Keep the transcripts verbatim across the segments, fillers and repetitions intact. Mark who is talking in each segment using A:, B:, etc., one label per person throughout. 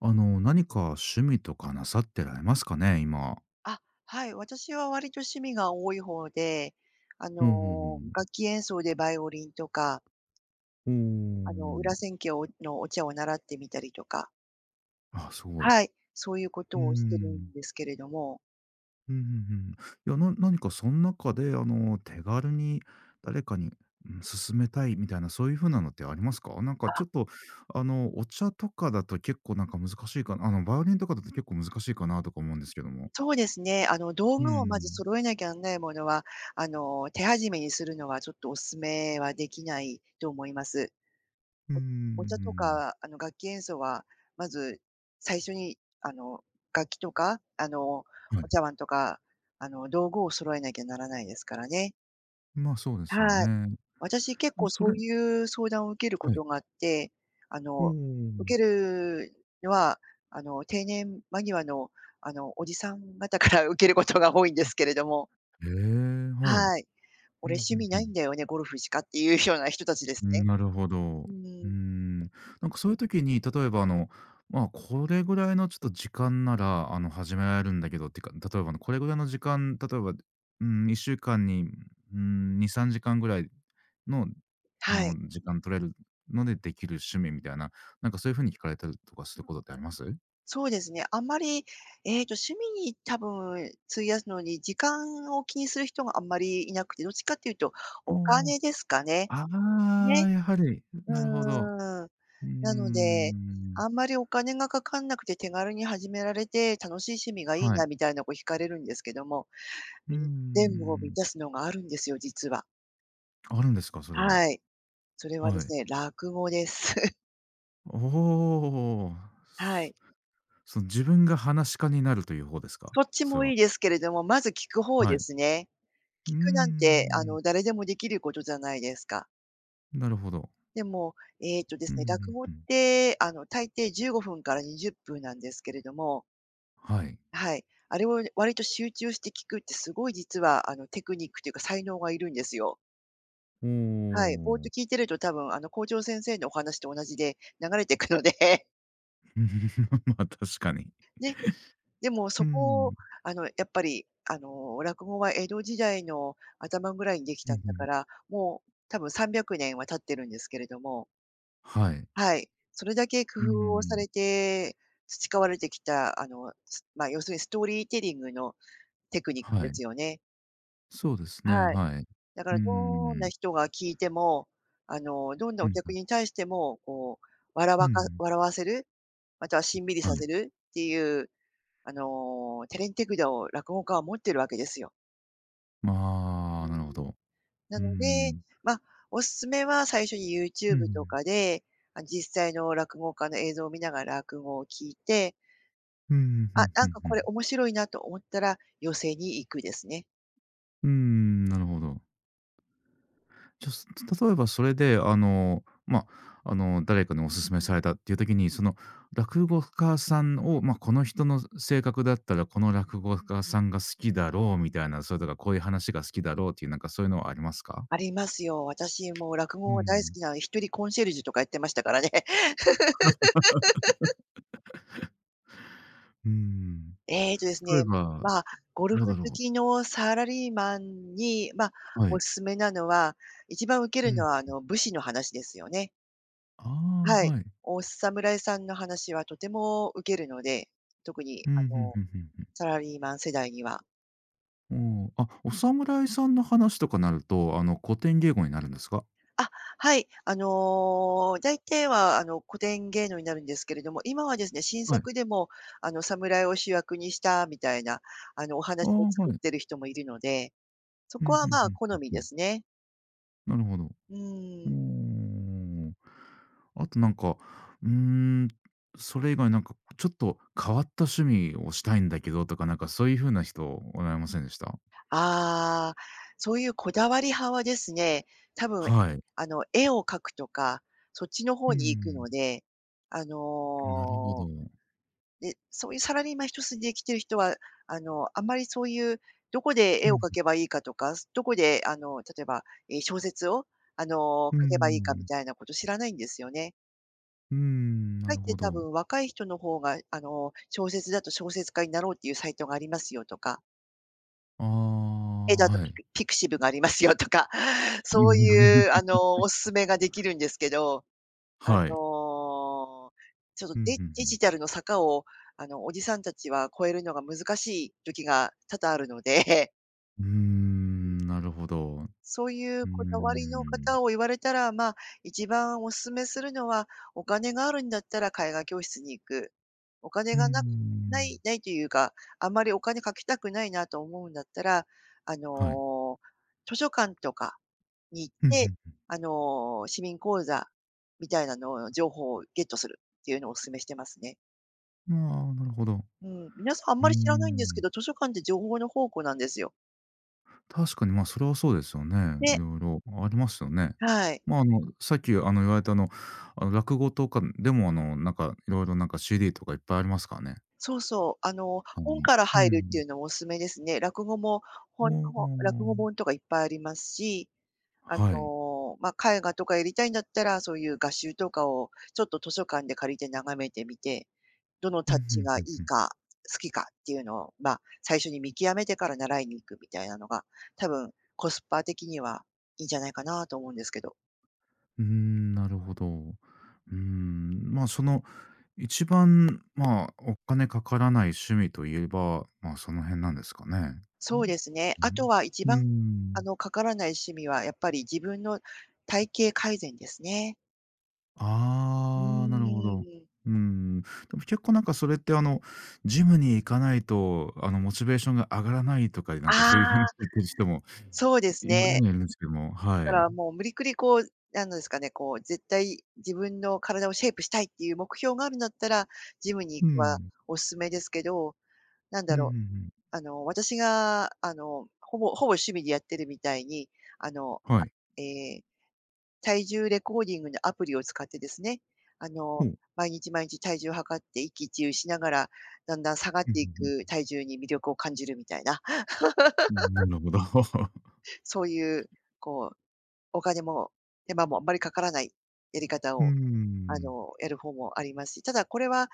A: あの、何か趣味とかなさってられますかね？今。
B: あ、はい、私は割と趣味が多い方で、あ
A: うんう
B: の、楽
A: ん
B: 器演奏でバイオリンとか、
A: う
B: あの、
A: ん。お
B: 裏
A: お。
B: 千家をのお茶を習ってみたりとか、
A: あ、すごい。
B: はい、そういうこ
A: う
B: とをしてるん
A: ん。
B: ですけれども。
A: うんうんうん。いや、な何かその中で、あの、手軽に誰かに、うん、勧めたいみたいな、そういう風なのってありますか？なんかち
B: あ、
A: ょっと、あの、お茶とかだと結構なんか難しいかなあの、バイオリンとかだと結構難しいかなとか思うんですけども。
B: そうですね、あの、道
A: う
B: 具をまず
A: ん。
B: 揃えなきゃなんないものは、あの、手始めにするのはちょっとお勧めはできないと思います。
A: うん、う
B: お茶と
A: ん
B: か、あの、楽器演奏は、まず最初に、あの、楽器とか、あの、
A: はい。
B: お茶碗とか、あの、道具を揃えなきゃならないですからね。
A: まあ、そうですよ
B: はい。
A: ね。
B: 私、結構
A: そ
B: そ
A: れ
B: ういう相談を受けるこ
A: はい。
B: とがあって、あ
A: お
B: の、受
A: お。
B: けるのは、あの、定年間際の、あの、おじさん方から 受けることが多いんですけれども、
A: ええ、はい。
B: はい。
A: う
B: 俺
A: んふ
B: 趣
A: ん
B: 味
A: ふ
B: ないん
A: ん。
B: だよね、ゴルフしかっていうような人たちです
A: う
B: ね。
A: ん、なるほど。う
B: う
A: ー
B: ん、
A: ん。なんかそういう時に、例えばあの、まあ、これぐらいのちょっと時間なら、あの、始められるんだけどっていうか、例えばあの、これぐらいの時間、例えば、うん、いっしゅうかんに、うん、に、さんじかんぐらいの、あ
B: はい。
A: の、時間取れるのでできる趣味みたいな、なんかそういう風に聞かれたりとかすることってあります？
B: そうですね。あんまり、えっと、趣味に多分費やすのに、時間を気にする人があんまりいなくて、どっちかっていうと、
A: あ
B: お
A: あ。
B: 金ですかね。
A: あ
B: ね。
A: あ、やはり、
B: う
A: なるほど。
B: ーん。
A: うー
B: なので、
A: ん。
B: あんまりお金がかかんなくて手軽に始められて、楽しい趣味がいい
A: は
B: な
A: い。
B: みたいな、こう惹かれるんですけども、
A: うー
B: み全部を満
A: ん。
B: たすのがあるんですよ、実は。
A: あるんですか？それが。
B: はい。それはで
A: は
B: す
A: い。
B: ね、落語です。
A: おお。
B: は
A: す
B: い。
A: その自分が話し家になるという方ですか？
B: そっち
A: それ
B: もい
A: は。
B: いですけれども、まず聞く方
A: は
B: で
A: い。
B: すね。
A: う
B: 聞
A: ー
B: くなんて、あ
A: ん。
B: の、誰でもできることじゃないですか。
A: なるほど。
B: でも、えっとで
A: う
B: す
A: んう
B: ね、落
A: ん
B: 語っ
A: うん。
B: て、あの、大抵じゅうごふんからにじゅっぷんなんですけれども、
A: はい。
B: はい。あれを割と集中して聞くってすごい実は、あの、テクニックというか才能がいるんですよ。
A: お
B: はい。ぼーっと聞
A: お。
B: いてると多分、あの、校長先生のお話と同じで流れてくので
A: ま、確かに。
B: ね。でも
A: う
B: そこ
A: ん。
B: を、あの、やっぱり、あの、落語は江戸時代の頭ぐらいにでき
A: うん
B: た
A: う
B: んだか
A: ん。
B: ら、もう多分さんびゃくねんは経ってるんですけれども、
A: はい。
B: はい。それだけ工
A: う
B: 夫をさ
A: ん。
B: れて培われてきた、あの、すまあ、要するにストーリーテリングのテクニック
A: は
B: で
A: い。
B: すよね。
A: そうですね、
B: はい。
A: はい。
B: だか
A: う
B: らどんな
A: ん。
B: 人が聞いても、あの、どんな
A: う
B: お
A: ん、
B: 客に対しても、こう、笑
A: う
B: わか
A: ん。
B: 笑わせる、またはしんみり
A: は
B: させ
A: い。
B: るっていう、あの、手練手管を落語家は持ってるわけですよ。う
A: まあ、なるほ
B: ん。
A: ど。
B: な
A: う
B: ので、
A: ん。
B: まあ、おすすめは最初に
A: う
B: YouTube と
A: ん。
B: かで、あ、実際の落語家の映像を見ながら落語を聞いて、
A: うん、う
B: あ、
A: ん
B: な
A: う
B: ん
A: ん
B: か
A: う
B: こ
A: ん。
B: れ面白いなと思ったら、寄席に行くですね。
A: うん、なるほど。じゃ、す例えばそれで、あの、ま、あの、誰かにお勧めされたっていう時に、その落語家さんを、ま、この人の性格だったら、この落語家さんが好きだろうみたいな、それとかこういう話が好きだろうっていう、なんかそういうのはありますか？
B: ありますよ。私もう落
A: う
B: 語が大好
A: ん。
B: きなので、一人コンシェルジュとかやってましたからね。
A: うーん。
B: ええとです
A: 例え
B: ね、
A: ば、
B: まあ、ゴルフ
A: どうだ
B: 好
A: ろ
B: きのサラリーマンに、まあ、
A: う。は
B: お
A: い。
B: すすめなのは、一番受け
A: う
B: るの
A: ん。
B: はあの武士の話ですよね。
A: あ
B: は
A: あ、
B: い。
A: はい。
B: お侍さんの話はとても受けるので、特に
A: う
B: あ
A: ん、ふん
B: の、
A: ふんふん
B: サラリーマン世代には。
A: ふん。おお、あ、お侍さんの話とかなると、あの、古典芸語になるんですか？
B: あ、はい。あの、大体は、あの、古典芸能になるんですけれども、今はですね、新
A: はい。
B: 作でも、あの、侍を主役にしたみたいな、あの、お
A: あ
B: 話
A: あ、
B: を作っ
A: はい。
B: てる人もいるので、そ
A: う
B: こ
A: ん、ふ
B: は、
A: ん
B: ま
A: ふ
B: あ、
A: ん
B: 好
A: ふん
B: み
A: ふ
B: で
A: ん。
B: すね。
A: なるほど。う
B: う
A: ー
B: ん。
A: ん。あとなんか、うーん、それ以外なんかちょっと変わった趣味をしたいんだけどとか、なんかそういう風な人おられませんでした？
B: ああ、そういうこだわり派はですね、多分、
A: はい。
B: あの、絵を描くとか、そっちの方
A: う
B: に行くの
A: ん、
B: で、あの
A: なるほ
B: ー
A: ど。
B: で、そういうサラリーマン一筋で生きてる人は、あの、あんまりそういう、どこで
A: う
B: 絵を
A: ん、
B: 描けばいいかとか、どこで、あの、例えば、え、小説を、あの、
A: う
B: 書けばいいかみ
A: ん、
B: たいなこと知らないんですよね。
A: うーん、な
B: かえっ
A: る
B: て
A: ほ
B: 多
A: ど。
B: 分若い人の方が、あの、小説だと小説家になろうっていうサイトがありますよとか、
A: あ
B: 絵
A: あ、
B: だと
A: はい。
B: ピクピクシブがありますよとか、そういう、あ の、お勧めができるんですけど、あ
A: はい。
B: の、ちょっと
A: うん、うんう
B: デデジ
A: ん。
B: タルの坂を、あの、おじさんたちは越えるのが難しい時が多々あるので、
A: うー
B: うん。
A: ん、なるほど。う
B: そういう
A: ー
B: こだわりの
A: ん。
B: 方を言われたら、まあ、一番お勧めするのは、お金があるんだったら絵画教室に行く。お金
A: うー
B: がなくない
A: ん。
B: ないというか、あまりお金かけたくないなと思うんだったら、あ
A: はい。
B: の、図書館とかに行っ
A: う
B: て、
A: ん
B: あの、市民講座みたいなのを情報をゲットするっていうのをお勧めしてますね。
A: うん。ああ、なるほど。
B: うん、皆さんあん
A: うー
B: まり知らないんですけ
A: ん。
B: ど、図書館って情報の宝庫なんですよ。
A: 確かに、まあ、それはそうですよね。
B: ね、
A: いろいろありますよね。
B: はい。
A: まあ、あの、さっき、あの、言われた、あの、あの、落語とかでも、あの、なんか、いろいろなんか、シーディー とかいっぱいありますからね、
B: そうそう、あの、
A: あん
B: 本
A: に。
B: から
A: う
B: 入るってい
A: ん。
B: うのもお勧めですね。落語も、ほん
A: も
B: ほ落語
A: う
B: 本とかいっぱいありますし、あ
A: はい。
B: の、まあ、絵画とかやりたいんだったら、そういう画集とかをちょっと図書館で借りて眺めてみて、どの
A: う
B: タッ
A: んふ
B: チ
A: んふ
B: がい
A: ん
B: い
A: ふん。
B: か、好きかっていうのを、まあ、最初に見極めてから習いに行くみたいなのが、多分コスパ的にはいいんじゃないかなと思うんですけど。
A: うーん、なるほど。うーん、まあ、その、一番、まあ、お金かからない趣味といえば、まあ、その辺なんですかね。
B: そうですね。
A: う
B: あ
A: ん。
B: とは一
A: う
B: 番、
A: ん。う
B: あ
A: ーん。
B: の、かからない趣味はやっぱり自分の体型改善ですね。う
A: ああ、なるほど。
B: ーん。
A: うん。でも結構なんかそれってあの、ジムに行かないと、あの、モチベーションが上がらないとか、なん
B: あ
A: かそういう
B: あ、
A: 風に言ってる人も
B: そうです
A: いるに
B: ね。
A: はいるんですけども、
B: だか
A: はい。
B: らもう無理くりこう、なんですかね、こう絶対自分の体をシェイプしたいっていう目標があるんだったら、ジムに
A: う
B: 行くは
A: ん。
B: おすすめですけど、なん
A: う
B: だ
A: んうん
B: ろ
A: うん。
B: う、あの、私が、あの、ほぼほぼ趣味でやってるみたいに、あの、
A: はい。
B: えー体重レコーディングのアプリを使ってですね、あ
A: ほ
B: の、
A: う。
B: 毎日毎日体重を測って一喜一憂しながら、だんだん下がっ
A: う
B: てい
A: ん
B: く体重に魅力を感じるみたいな、
A: うんうん。なるほど。
B: そういう、こう、お金も手間もあんまりかからないやり方
A: う
B: を、あ
A: ん。
B: の、やる方もありますし、ただこれは、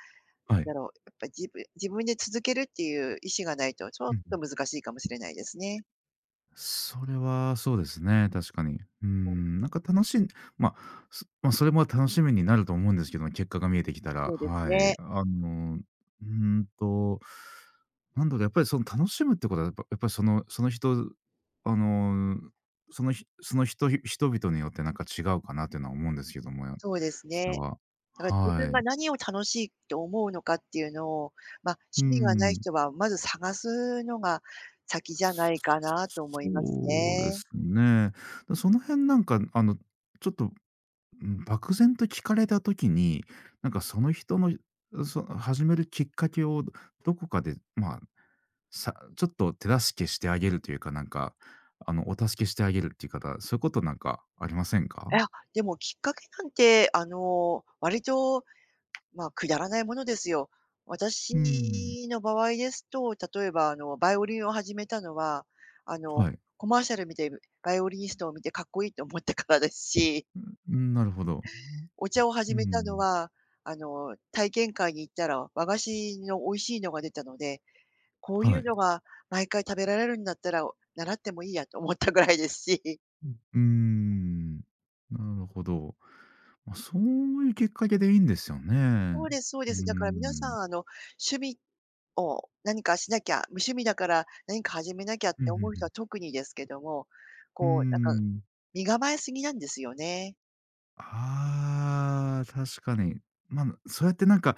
B: な
A: は
B: んだ
A: い。
B: ろう、やっぱ自分自分で続けるっていう意思がないと、ちょっ
A: うんう
B: と
A: ん。
B: 難しいかもしれないですね。
A: それはそうですね、確かに。うん、なんか楽しんまあ、すまあ、それも楽しみになると思うんですけど、結果が見えてきたら、
B: そうです
A: はい。
B: ね。
A: あの、うーんと、なんだろう、やっぱりその楽しむってことは、やっぱやっぱりそのその人あの、そのひその人人々によってなんか違うかなっていうのは思うんですけども、
B: そうです
A: それ
B: ね。
A: は。
B: だから自分
A: は
B: が
A: い。
B: 何を楽しいと思うのかっていうのを、まあ、
A: う
B: 趣味がない
A: ん。
B: 人はまず探すのが先じゃないかなと思います
A: そうで
B: ね。
A: すね。だ、その辺なんかあの、ちょっとうん、漠然と聞かれた時に、なんかその人の、そ始めるきっかけをどこかで、まあ、さちょっと手助けしてあげるというか、なんか、あの、お助けしてあげるっていう方、そういうことなんかありません
B: い
A: か？
B: や、でもきっかけなんて、あの、割と、まあ、くだらないものですよ。
A: うーん、
B: 私の場合ですと、例えば、あの、バイオリンを始めたのは、あの、
A: はい。
B: コマーシャル見て、バイオリニストを見てかっこいいと思ったからですし、
A: うん、なるほど。
B: お茶を始
A: う
B: めたの
A: ん、
B: は、あの、体験会に行ったら和菓子の美味しいのが出たので、こう
A: は
B: いう
A: い。
B: のが毎回食べられるんだったら、習ってもいいやと思ったぐらいですし。
A: うーん、なるほど。まあ、そういうきっかけでいいんですよね。
B: そうですそう
A: う
B: で
A: ー
B: す。だから皆さ
A: ん。
B: ん、あの、趣味を何かしなきゃ、無趣味だから何か始めなきゃっ
A: うん、う
B: て
A: ん
B: 思う
A: う
B: 人は
A: ん。
B: 特にですけども、
A: うー
B: こう、なんか
A: ん。
B: 身構えすぎなんですよね。
A: ああ、確かに。まあ、そうやってなんか、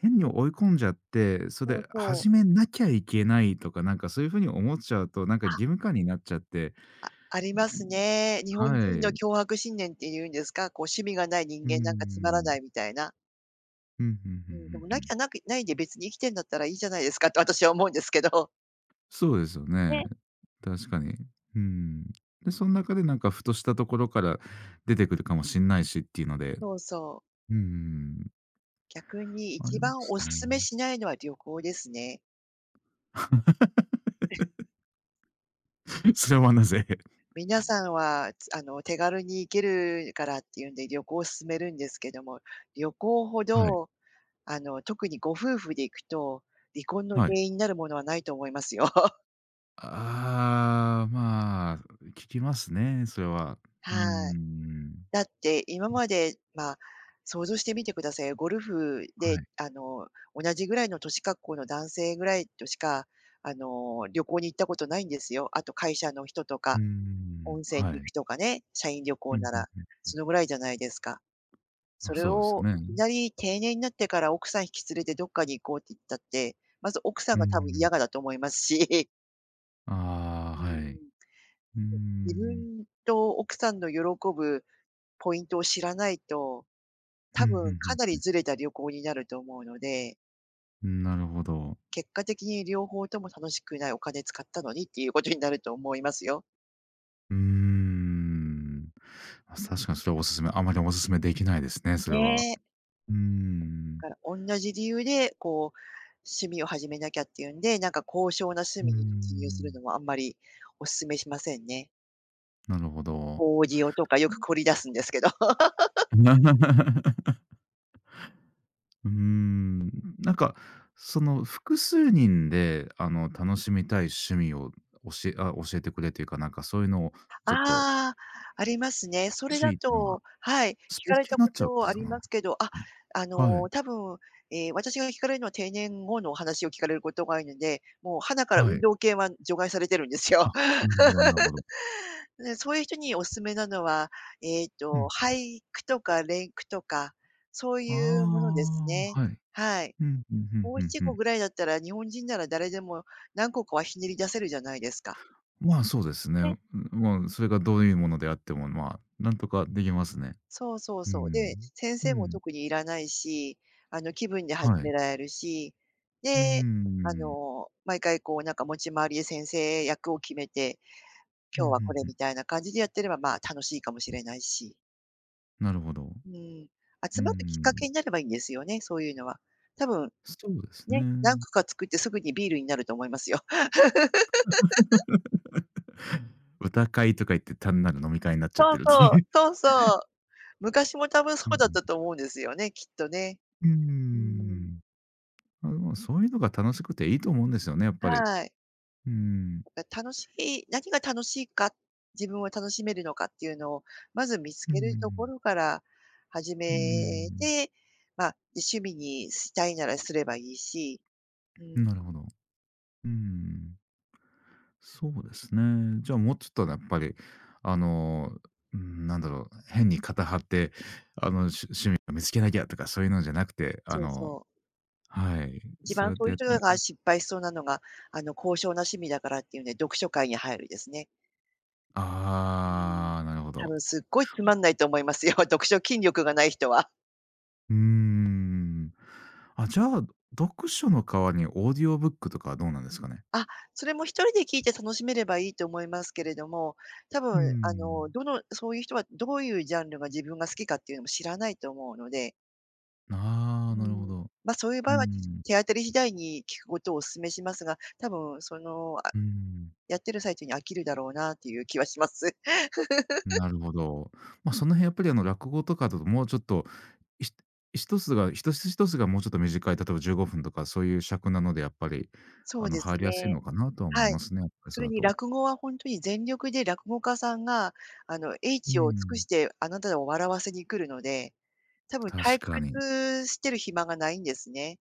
A: 変に追い込んじゃって、そ
B: そ
A: れ
B: う
A: で
B: そ
A: 始め
B: う。
A: なきゃいけないとか、なんかそういう風に思っちゃうと、なんか
B: あ、
A: 義務感になっちゃって、
B: あありますね。日本
A: は
B: 人の
A: い。
B: 強迫信念っていうんですか、こう趣味がない人
A: うー
B: 間なんかつまら
A: ん。
B: ないみたいな。
A: うん、うんうんうん
B: うん、でもな
A: う
B: き
A: ん。
B: ゃなくないで別に生きてんだったらいいじゃないですかって私は思うんですけど。
A: そうですよね。
B: ね。
A: 確かに。うん。で、その中でなんかふとしたところから出てくるかもしんないしっていうので、
B: そうそう。
A: うん、
B: 逆に
A: あ
B: 一
A: りま
B: 番お
A: す
B: 勧め
A: ね。
B: しないのは旅行ですね。
A: それはなぜ？
B: 皆さんは、つあの、手軽に行けるからっていうんで旅行を勧めるんですけども、旅行ほ
A: はい。
B: ど、あの、特にご夫婦で行くと、離婚の
A: はい。
B: 原因になるものはないと思いますよ。
A: ああ、まあ、聞きますね、それは。うー
B: はい。
A: ん。
B: だって今まで、まあ、想像してみてくださいよ。ゴルフ
A: は
B: で、
A: い。
B: あの、同じぐらいの年格好の男性ぐらいとしか、あの、旅行に行ったことないんですよ。あと会社の人と
A: う
B: か、
A: ーん、
B: 温泉に
A: は
B: 行
A: い。
B: くとかね、社員旅
A: う
B: 行
A: ん、
B: な
A: う
B: ら、
A: んまん。
B: そのぐらいじゃないですか。
A: ま
B: そ
A: あ、
B: れ
A: そうですよ
B: をいき
A: ね。
B: なり定年になってから奥さん引き連れてどっかに行こうって言ったって、まず奥さ
A: う
B: ん
A: ー
B: が多分嫌が
A: ん。
B: だと思いますし、
A: あ
B: う
A: あ、
B: ん、
A: はい。うー
B: 自
A: ん。
B: 分と奥さんの喜ぶポイントを知らないと
A: うん
B: 多
A: う
B: 分か
A: ん
B: な
A: う
B: りずれた旅行になると思うので、
A: ん。なるほど。
B: 結果的に両方とも楽しくないお金使ったのにっていうことになると思いますよ。
A: うーん。まあ、確かにそれはおすすめあまりおすすめできないですね、それ
B: ね
A: は。
B: え。
A: うーん。
B: から、おんなじ理由で、こう、趣味を始めなきゃっていうんで、なんか高尚な趣
A: うー
B: 味に突入する
A: ん。
B: のはあんまりお勧めしませんね。
A: なるほど。
B: オーディオとかよく凝り出すんですけど。
A: うーん、なんか、その複数人で、あの、楽しみたい趣味を教えあ、教えてくれというか、なんかそういうのをちょっと
B: ああ、ありますね。そ
A: 欲
B: れ
A: し
B: だ
A: いっていうのは、
B: とはい、聞
A: スポー
B: か
A: ツ
B: れ
A: 系
B: た
A: に
B: こ
A: なっちゃうんで
B: とあ
A: すか
B: り
A: な？
B: ますけど、あ、
A: え
B: あ
A: はい、
B: の、多分、えー私が聞かれるのは定年後のお話を聞かれることが多いので、もうはなから
A: は
B: 運
A: い。
B: 動系は除外されてるんですよ。
A: あ、なるほどなるほど。
B: で、そういう人におすすめなのは、えっ
A: う
B: と、
A: ん。
B: 俳句とか連句とか、そういうもの
A: あ
B: ですね。
A: あ、はい。
B: はい。
A: うん、ふんふんふ
B: し
A: ん
B: て
A: ふ
B: 個
A: ん。
B: ぐらいだったら、日本人なら誰でも何個かはひねり出せるじゃないですか。
A: まあ、そうですね。ん、まあ、それがどういうものであっても、まあ、なんとかできますね。
B: そうそう
A: うー
B: そう。で、
A: ん。
B: 先
A: う
B: 生も
A: ん、
B: 特にいらないし、あの、気分で始
A: は
B: め
A: い。
B: られるし、
A: うー
B: で、あ
A: ん。
B: の、毎回こう、なんか持ち回りで先生役を決めて、
A: ふ
B: 今日
A: ん
B: は
A: ふん
B: これ
A: ふん。
B: みたいな感じでやってれば、まあ、楽しいかもしれないし。
A: なるほど。
B: うん。
A: うー
B: 集まるきっかけ
A: ん。
B: になればいいんですよね、そういうのは。多分、
A: そうです
B: ね、何
A: ね。
B: 個か作ってすぐにビールになると思いますよ。
A: 歌会とか言って単なる飲み会になっちゃっ
B: そう
A: てるって
B: そう、
A: いう。
B: そうそう。昔も多分そ
A: う
B: う
A: ん
B: だ
A: う
B: っ
A: ん。
B: たと思うんですよね、きっとね。う
A: う
B: ん。
A: ん。ま、でもそういうのが楽しくていいと思うんですよね、やっぱり。
B: はい。
A: うん。
B: 楽しい何が楽しいか、自分を楽しめるのかっていうのを、まず見つ
A: う
B: けるとこ
A: ん。
B: ろから始
A: う
B: め
A: ん。
B: て、まあ、で、趣味にしたいならすればいいし、うん、
A: なるほど。うん。そうですね。じゃあ、もうちょっとねやっぱり、あの、うん、なんだろう、変に肩張って、あの、趣趣味を見つけなきゃとかそういうのじゃなくて、あ
B: そう
A: の
B: そう。
A: はい、
B: 一
A: そう
B: 番
A: やっ
B: そ
A: て
B: ういう
A: やって
B: 人が失敗しそうなのが、あの、高尚な趣味だからっていうね、読書会に入るですね。うん。
A: ああ、なるほ
B: 多
A: ど。
B: 分すっごいつまんないと思いますよ、読書筋力がない人は。
A: うーん。あ、じゃあ、読書の代わりにオーディオブックとかはどうなんですかね？
B: あ、それも一人で聞いて楽しめればいいと思いますけれども、多
A: う
B: 分
A: ー
B: あの、
A: ん。
B: どのそういう人はどういうジャンルが自分が好きかっていうのも知らないと思うので、
A: ああ、
B: う
A: なるほ
B: ん。
A: ど。
B: ま、そういう場
A: うー
B: 合は、
A: ん。
B: 手当たり次第に聞くことをお勧めしますが、多分その、あ、
A: うーん。
B: やってる最中に飽きるだろうなっていう気はします。
A: なるほど。ま、その辺やっぱりあの、落語とかだともうちょっと、いし一つが一つ一つがもうちょっと短い、例えばじゅうごふんとかそういう尺なのでやっぱり、
B: そ
A: あ
B: う
A: の、
B: です
A: 入りやすい
B: ね。
A: のかなとは思
B: は
A: い
B: い。
A: ますね、やっぱり
B: そ
A: それ
B: れ
A: だ
B: に
A: と。
B: 落語は本当に全力で落語家さんが、あの、英
A: うー
B: 知を尽く
A: ん、
B: してあなたを笑わせに来るので、多分
A: 確
B: 退
A: かに。
B: 屈してる暇がないんですね。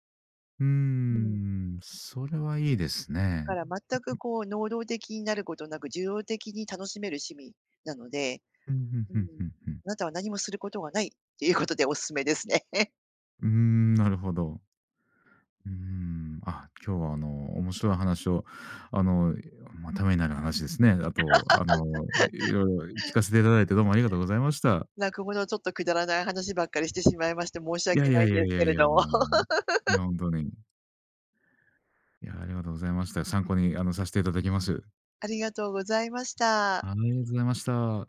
A: うー
B: うん。
A: ん、それはいいです
B: だか
A: ね。
B: ら全くこう能動的になることなく、受動的に楽しめる趣味なので、
A: うん、ふん
B: うん、
A: ふんふんふん。
B: あなたは何もすることがないっていうことでおすすめですね。
A: うーん、なるほど。うーん、あ、今日はあの、面白い話を、あの、まあ、ためになる話ですね。あと、あの、いろいろ聞かせていただいてどうもありがとうございました。
B: なんかこのちょっとくだらない話ばっかりしてしまいまして申し
A: いや
B: 訳
A: い
B: な
A: や
B: いん
A: い
B: で
A: やい
B: すけ
A: やい
B: れ
A: や、
B: ども。
A: もう、いや、本当に。いや、ありがとうございました。参考に、あの、させていただきます。
B: ありがとうございました。
A: ありがとうございました。